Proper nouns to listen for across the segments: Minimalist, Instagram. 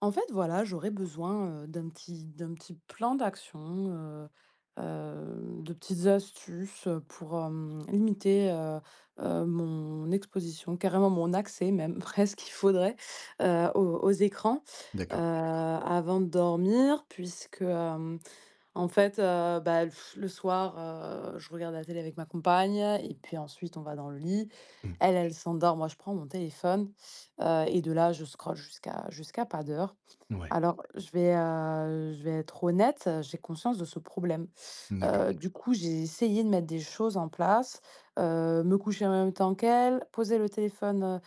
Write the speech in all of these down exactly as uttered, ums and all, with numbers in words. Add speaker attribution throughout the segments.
Speaker 1: En fait, voilà, j'aurais besoin, heu, d'un petit d'un petit plan d'action, heu heu, de petites astuces, heu, pour, hem, limiter, heu heu, mon exposition, carrément mon accès même presque, il faudrait, heu, aux aux écrans, heu,
Speaker 2: D'accord.
Speaker 1: avant de dormir puisque, en fait, heu, bah, le le soir, heu, je regarde la télé avec ma compagne et puis ensuite on va dans le lit.
Speaker 2: Mmh.
Speaker 1: Elle, elle s'endort, moi je prends mon téléphone, heu et de là je scrolle jusqu'à jusqu'à pas d'heure.
Speaker 2: Ouais.
Speaker 1: Alors je vais, heu, je vais être honnête, euh, j'ai conscience de ce problème.
Speaker 2: D'accord.
Speaker 1: Heu, du coup, j'ai essayé de mettre des choses en place, heu, me coucher en même temps qu'elle, poser le téléphone, heu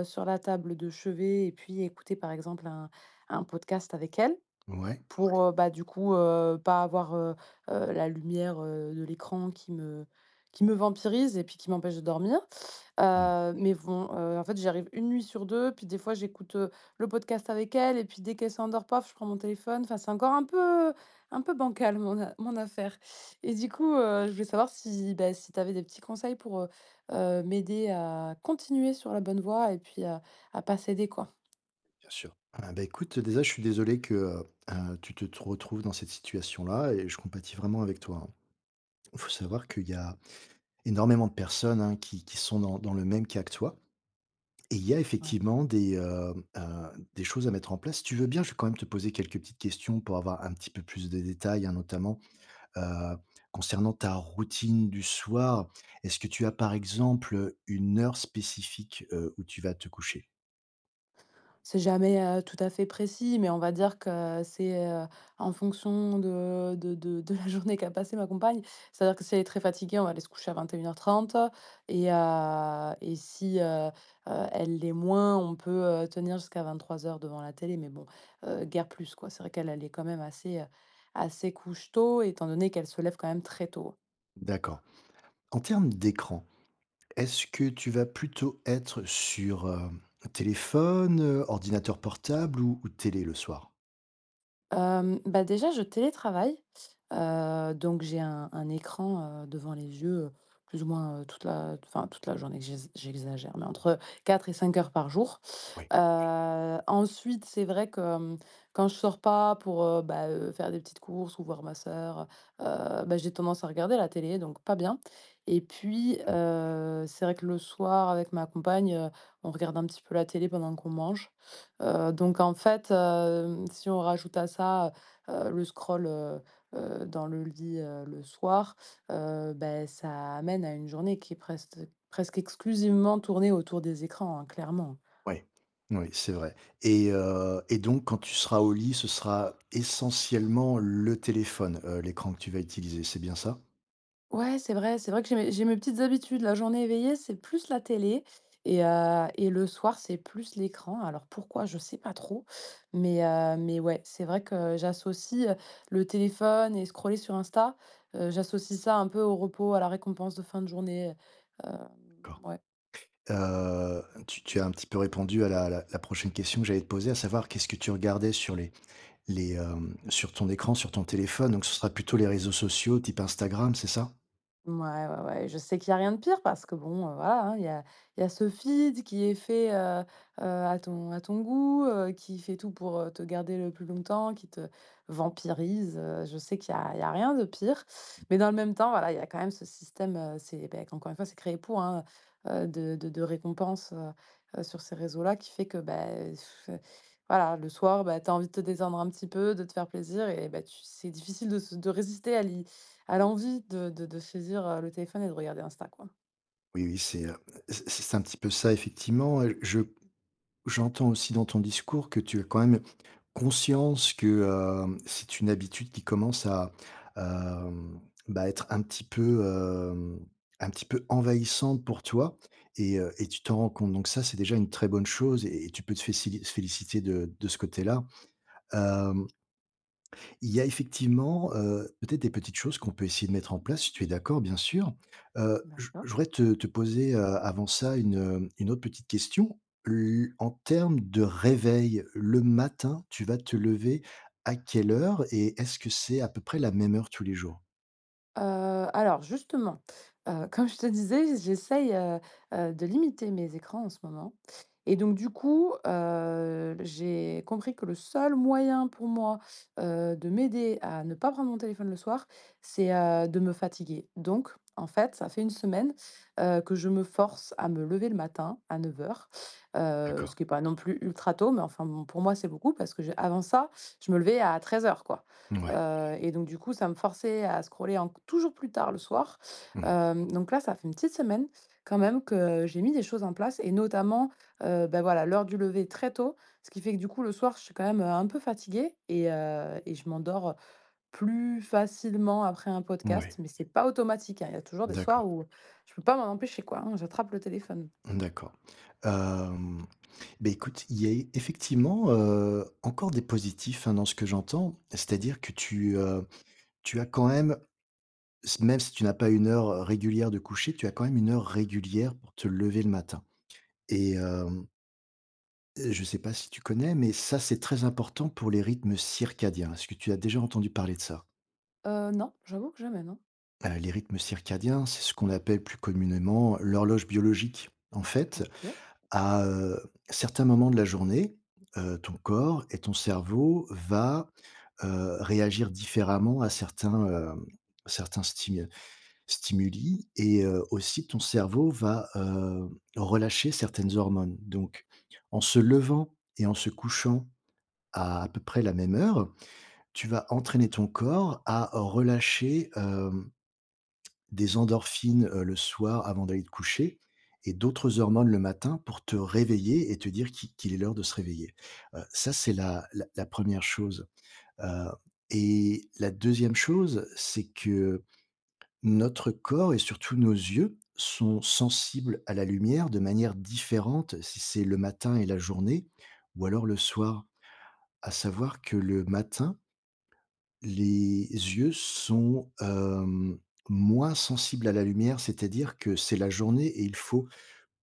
Speaker 1: heu, sur la table de chevet et puis écouter par exemple un un podcast avec elle.
Speaker 2: Ouais.
Speaker 1: Pour, heu, bah, du coup, heu, pas avoir, heu heu, la lumière, heu, de l'écran qui me qui me vampirise et puis qui m'empêche de dormir.
Speaker 2: Mmh.
Speaker 1: Heu, mais bon, heu, en fait, j'arrive une nuit sur deux, puis des fois, j'écoute, heu, le podcast avec elle et puis dès qu'elle s'endort, paf, je prends mon téléphone. Enfin, c'est encore un peu un peu bancal mon a mon affaire et du coup, heu, je voulais savoir si, bah, si tu avais des petits conseils pour, heu heu, m'aider à continuer sur la bonne voie et puis à à pas céder, quoi?
Speaker 2: Bien sûr. Ah bah, écoute, déjà, je suis désolé que, heu heu, tu te te retrouves dans cette situation-là et je compatis vraiment avec toi, hein. Il faut savoir qu'il y a énormément de personnes, hein, qui qui sont dans dans le même cas que toi et il y a
Speaker 1: Ouais.
Speaker 2: effectivement des, heu heu, des choses à mettre en place. Si tu veux bien, je vais quand même te poser quelques petites questions pour avoir un petit peu plus de détails, hein, notamment Heu, concernant ta routine du soir, est-ce que tu as, par exemple, une heure spécifique, heu, où tu vas te coucher?
Speaker 1: C'est jamais, heu, tout à fait précis, mais on va dire que c'est, heu, en fonction de de de de la journée qu'a passée ma compagne. C'est-à-dire que si elle est très fatiguée, on va aller se coucher à vingt et une heures trente et heu et euh, et si, heu heu, elle l'est moins, on peut, heu, tenir jusqu'à vingt-trois heures devant la télé, mais bon, heu, guère plus, quoi. C'est vrai qu'elle, elle est quand même assez, heu, assez couche-tôt étant donné qu'elle se lève quand même très tôt.
Speaker 2: D'accord. En termes d'écran, est-ce que tu vas plutôt être sur, heu, téléphone, heu, ordinateur portable ou ou télé le soir?
Speaker 1: Hem, bah, déjà, je télétravaille, heu, donc j'ai un un écran, heu, devant les yeux, heu, plus ou moins, heu, toute la enfin, toute la journée, j'ex j'exagère, mais entre quatre et cinq heures par jour.
Speaker 2: Oui.
Speaker 1: Ouais. Ensuite, c'est vrai que, hem, quand je sors pas pour, heu, bah, heu, faire des petites courses ou voir ma sœur, heu, bah, j'ai tendance à regarder la télé, donc pas bien. Et puis, heu, c'est vrai que le soir, avec ma compagne, heu, on regarde un petit peu la télé pendant qu'on mange. Heu, donc en fait, hem, si on rajoute à ça, heu, le scroll, heu heu, dans le lit, heu, le soir, heu, beh, ça amène à une journée qui est preste presque exclusivement tournée autour des écrans, hein, clairement.
Speaker 2: Oui, oui, c'est vrai. Et heu et donc quand tu seras au lit, ce sera essentiellement le téléphone, heu, l'écran que tu vas utiliser, c'est bien ça?
Speaker 1: Ouais, c'est vrai, c'est vrai que j'ai mes j'ai mes petites habitudes. La journée éveillée, c'est plus la télé et heu et le soir, c'est plus l'écran. Alors pourquoi? Je sais pas trop, mais heu, mais ouais, c'est vrai que j'associe, heu, le téléphone et scroller sur Insta, heu, j'associe ça un peu au repos, à la récompense de fin de journée, heu,
Speaker 2: D'accord.
Speaker 1: ouais.
Speaker 2: Heu, tu tu as un petit peu répondu à la la la prochaine question que j'allais te poser, à savoir qu'est-ce que tu regardais sur les les, hem, sur ton écran, sur ton téléphone, donc ce sera plutôt les réseaux sociaux type Instagram, c'est ça?
Speaker 1: Ouais ouais, ouais, je sais qu'il y a rien de pire parce que bon, heu, voilà, hein, il y a il y a ce feed qui est fait, heu heu, à ton à ton goût, heu, qui fait tout pour, heu, te garder le plus longtemps, qui te vampirise, heu, je sais qu'il y a il y a rien de pire. Mais dans le même temps, voilà, il y a quand même ce système, heu, c'est ben encore une fois, c'est créé pour, hein, heu, de de de récompense, heu heu, sur ces réseaux-là qui fait que, beh, voilà, le soir, bah, tu as envie de te détendre un petit peu, de te faire plaisir et ben tu c'est difficile de se de résister à l'i à l'envie de de de saisir, heu, le téléphone et de regarder Insta, quoi.
Speaker 2: Oui, oui, c'est, heu, c'est c'est un petit peu ça effectivement. Je j'entends aussi dans ton discours que tu as quand même conscience que, heu, c'est une habitude qui commence à, hem, bah, être un petit peu, hem, un petit peu envahissante pour toi et heu et tu t'en rends compte, donc ça, c'est déjà une très bonne chose et et tu peux te fécili féliciter de de ce côté-là. Hem Il y a effectivement, heu, peut-être des petites choses qu'on peut essayer de mettre en place, si tu es d'accord, bien sûr. Heu, je je
Speaker 1: D'accord.
Speaker 2: voudrais te te poser, heu, avant ça une, heu, une autre petite question. L en termes de réveil, le matin, tu vas te lever à quelle heure et est-ce que c'est à peu près la même heure tous les jours?
Speaker 1: Heu, alors justement, heu, comme je te disais, j'essaye, heu heu, de limiter mes écrans en ce moment et donc du coup, heu, j'ai compris que le seul moyen pour moi, heu, de m'aider à ne pas prendre mon téléphone le soir, c'est, heu, de me fatiguer. Donc en fait, ça fait une semaine, heu, que je me force à me lever le matin à neuf heures, heu, ce
Speaker 2: D'accord.
Speaker 1: qui n'est pas non plus ultra tôt, mais enfin bon, pour moi, c'est beaucoup parce que j'ai avant ça, je me levais à treize heures quoi.
Speaker 2: Ouais.
Speaker 1: Heu et donc du coup, ça me forçait à scroller en toujours plus tard le soir.
Speaker 2: Mmh.
Speaker 1: Hem, donc là, ça fait une petite semaine quand même que j'ai mis des choses en place et notamment, heu, bah, voilà, l'heure du lever très tôt. Ce qui fait que du coup, le soir, je suis quand même, heu, un peu fatiguée et heu et je m'endors, plus facilement après un podcast,
Speaker 2: Ouais.
Speaker 1: mais c'est pas automatique, hein. Il y a toujours des soirs
Speaker 2: D'accord.
Speaker 1: où je peux pas m'en empêcher, quoi, hein. J'attrape le téléphone.
Speaker 2: D'accord. Hem, beh, écoute, il y a effectivement, heu, encore des positifs, hein, dans ce que j'entends. C'est-à-dire que tu, heu, tu as quand même, même si tu n'as pas une heure régulière de coucher, tu as quand même une heure régulière pour te lever le matin et hem, je ne sais pas si tu connais, mais ça, c'est très important pour les rythmes circadiens. Est-ce que tu as déjà entendu parler de ça?
Speaker 1: Heu, non, j'avoue que jamais, non.
Speaker 2: Heu, les rythmes circadiens, c'est ce qu'on appelle plus communément l'horloge biologique. En fait,
Speaker 1: OK,
Speaker 2: à, heu, certains moments de la journée, heu, ton corps et ton cerveau va, heu, réagir différemment à certains, hem, certains stimuli. Stimuli, et heu, aussi ton cerveau va, heu, relâcher certaines hormones. Donc en se levant et en se couchant à à peu près la même heure, tu vas entraîner ton corps à relâcher, hem, des endorphines, heu, le soir avant d'aller te coucher et d'autres hormones le matin pour te réveiller et te dire qu'il qu'il est l'heure de se réveiller. Heu, ça c'est la la la première chose, heu et la deuxième chose, c'est que notre corps et surtout nos yeux sont sensibles à la lumière de manière différente si c'est le matin et la journée ou alors le soir. À savoir que le matin, les yeux sont, hem, moins sensibles à la lumière, c'est-à-dire que c'est la journée et il faut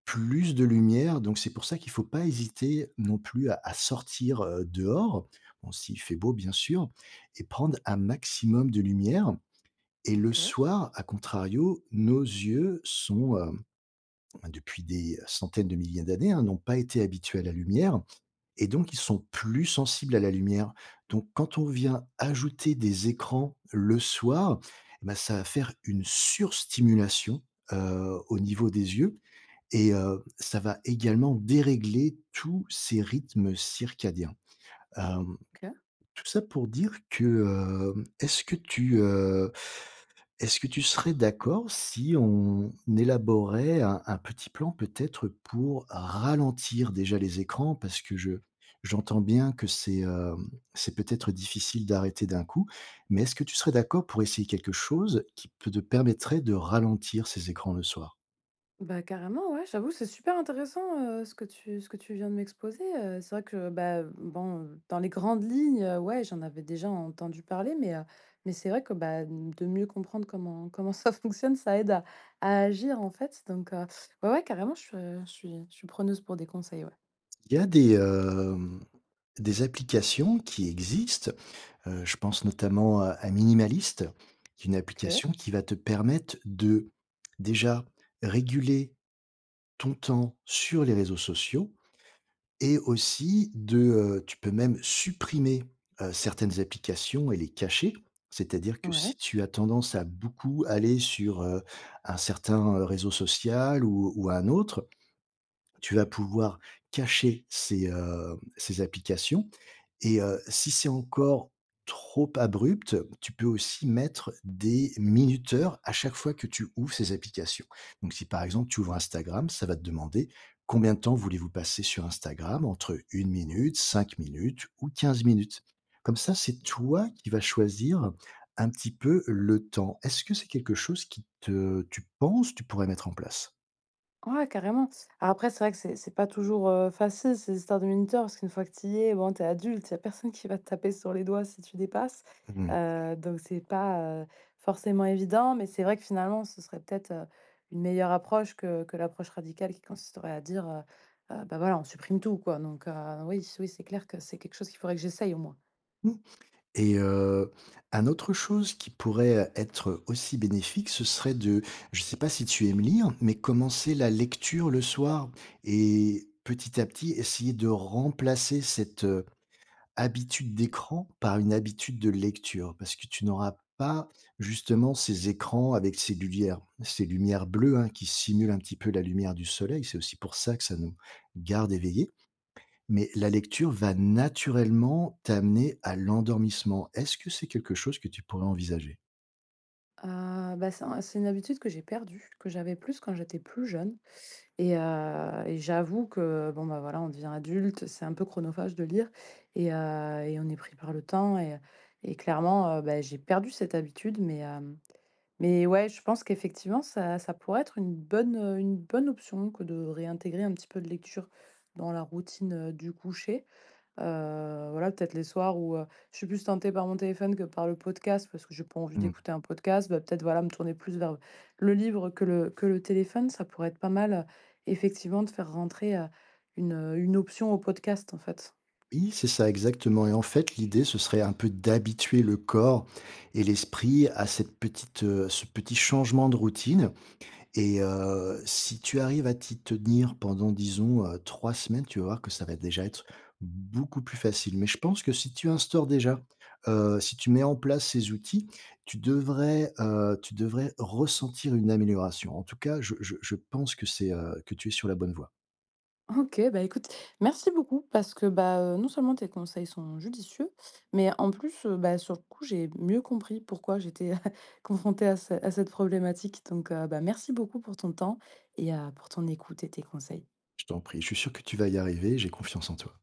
Speaker 2: plus de lumière, donc c'est pour ça qu'il ne faut pas hésiter non plus à à sortir, heu, dehors, bon s'il fait beau bien sûr, et prendre un maximum de lumière, et le
Speaker 1: OK,
Speaker 2: soir, à contrario, nos yeux sont, hem, depuis des centaines de milliers d'années, hein, n'ont pas été habitués à la lumière et donc ils sont plus sensibles à la lumière. Donc quand on vient ajouter des écrans le soir, et bah, ça va faire une surstimulation, heu, au niveau des yeux et heu, ça va également dérégler tous ces rythmes circadiens. Hem,
Speaker 1: OK.
Speaker 2: tout ça pour dire que, hem, est-ce que tu, heu est-ce que tu serais d'accord si on élaborait un un petit plan peut-être pour ralentir déjà les écrans? Parce que je j'entends bien que c'est, hem, c'est peut-être difficile d'arrêter d'un coup, mais est-ce que tu serais d'accord pour essayer quelque chose qui peut te permettrait de ralentir ces écrans le soir?
Speaker 1: Bah, carrément, ouais, j'avoue, c'est super intéressant, heu, ce que tu ce que tu viens de m'exposer, heu, c'est vrai que, bah, bon, heu, dans les grandes lignes, heu, ouais, j'en avais déjà entendu parler, mais heu, mais c'est vrai que, bah, de mieux comprendre comment comment ça fonctionne, ça aide à à agir, en fait, donc heu, ouais, ouais, carrément, je suis, je suis je suis preneuse pour des conseils, ouais.
Speaker 2: Il y a des, hem, des applications qui existent. Heu, je pense notamment à à Minimalist, qui est une
Speaker 1: OK,
Speaker 2: application qui va te permettre de, déjà, réguler ton temps sur les réseaux sociaux et aussi de, heu, tu peux même supprimer, heu, certaines applications et les cacher. C'est-à-dire que si
Speaker 1: ouais.
Speaker 2: tu as tendance à beaucoup aller sur, heu, un certain, heu, réseau social ou ou un autre, tu vas pouvoir cacher ces, heu, ces applications et heu, si c'est encore trop abrupt, tu peux aussi mettre des minuteurs à chaque fois que tu ouvres ces applications. Donc si par exemple tu ouvres Instagram, ça va te demander combien de temps voulez-vous passer sur Instagram? Entre une minute, cinq minutes ou quinze minutes. Comme ça, c'est toi qui vas choisir un petit peu le temps. Est-ce que c'est quelque chose qui te tu penses tu pourrais mettre en place?
Speaker 1: Ouais, carrément. Après, c'est vrai que c'est c'est pas toujours, heu, facile ces histoires de moniteurs parce qu'une fois que tu y es, bon, t'es adulte, il y a personne qui va te taper sur les doigts si tu dépasses.
Speaker 2: Mmh.
Speaker 1: Heu, donc c'est pas, heu, forcément évident, mais c'est vrai que finalement, ce serait peut-être, heu, une meilleure approche que que l'approche radicale qui consisterait à dire, heu heu: «Bah, voilà, on supprime tout, quoi», donc heu, oui, oui, c'est clair que c'est quelque chose qu'il faudrait que j'essaye au moins.
Speaker 2: Et heu, un autre chose qui pourrait être aussi bénéfique, ce serait de, je ne sais pas si tu aimes lire, mais commencer la lecture le soir et petit à petit essayer de remplacer cette, heu, habitude d'écran par une habitude de lecture. Parce que tu n'auras pas justement ces écrans avec ces lumières ces lumières bleues, hein, qui simulent un petit peu la lumière du soleil. C'est aussi pour ça que ça nous garde éveillés. Mais la lecture va naturellement t'amener à l'endormissement. Est-ce que c'est quelque chose que tu pourrais envisager?
Speaker 1: Heu, bah, c'est un c'est une habitude que j'ai perdue, que j'avais plus quand j'étais plus jeune. Et heu et j'avoue que, bon, bah, voilà, on devient adulte, c'est un peu chronophage de lire et heu et on est pris par le temps et et clairement, heu, bah, j'ai perdu cette habitude mais hem, mais ouais, je pense qu'effectivement ça ça pourrait être une bonne, heu, une bonne option que de réintégrer un petit peu de lecture dans la routine, heu, du coucher. Heu, voilà, peut-être les soirs où, heu, je suis plus tentée par mon téléphone que par le podcast parce que j'ai pas envie
Speaker 2: Mmh.
Speaker 1: d'écouter un podcast, bah, peut-être, voilà, me tourner plus vers le livre que le que le téléphone. Ça pourrait être pas mal, heu, effectivement, de faire rentrer, heu, une, heu, une option au podcast, en fait.
Speaker 2: Oui, c'est ça, exactement, et en fait, l'idée, ce serait un peu d'habituer le corps et l'esprit à cette petite, heu, ce petit changement de routine. Et heu, si tu arrives à t'y tenir pendant disons, heu, trois semaines, tu vas voir que ça va déjà être beaucoup plus facile. Mais je pense que si tu instaures déjà, heu, si tu mets en place ces outils, tu devrais, heu, tu devrais ressentir une amélioration. En tout cas, je je je pense que c'est, heu, que tu es sur la bonne voie.
Speaker 1: OK, bah, écoute, merci beaucoup parce que, bah, heu, non seulement tes conseils sont judicieux, mais en plus, heu, bah, sur le coup, j'ai mieux compris pourquoi j'étais confrontée à ce à cette problématique. Donc, heu, bah, merci beaucoup pour ton temps et heu, pour ton écoute et tes conseils.
Speaker 2: Je t'en prie, je suis sûr que tu vas y arriver, j'ai confiance en toi.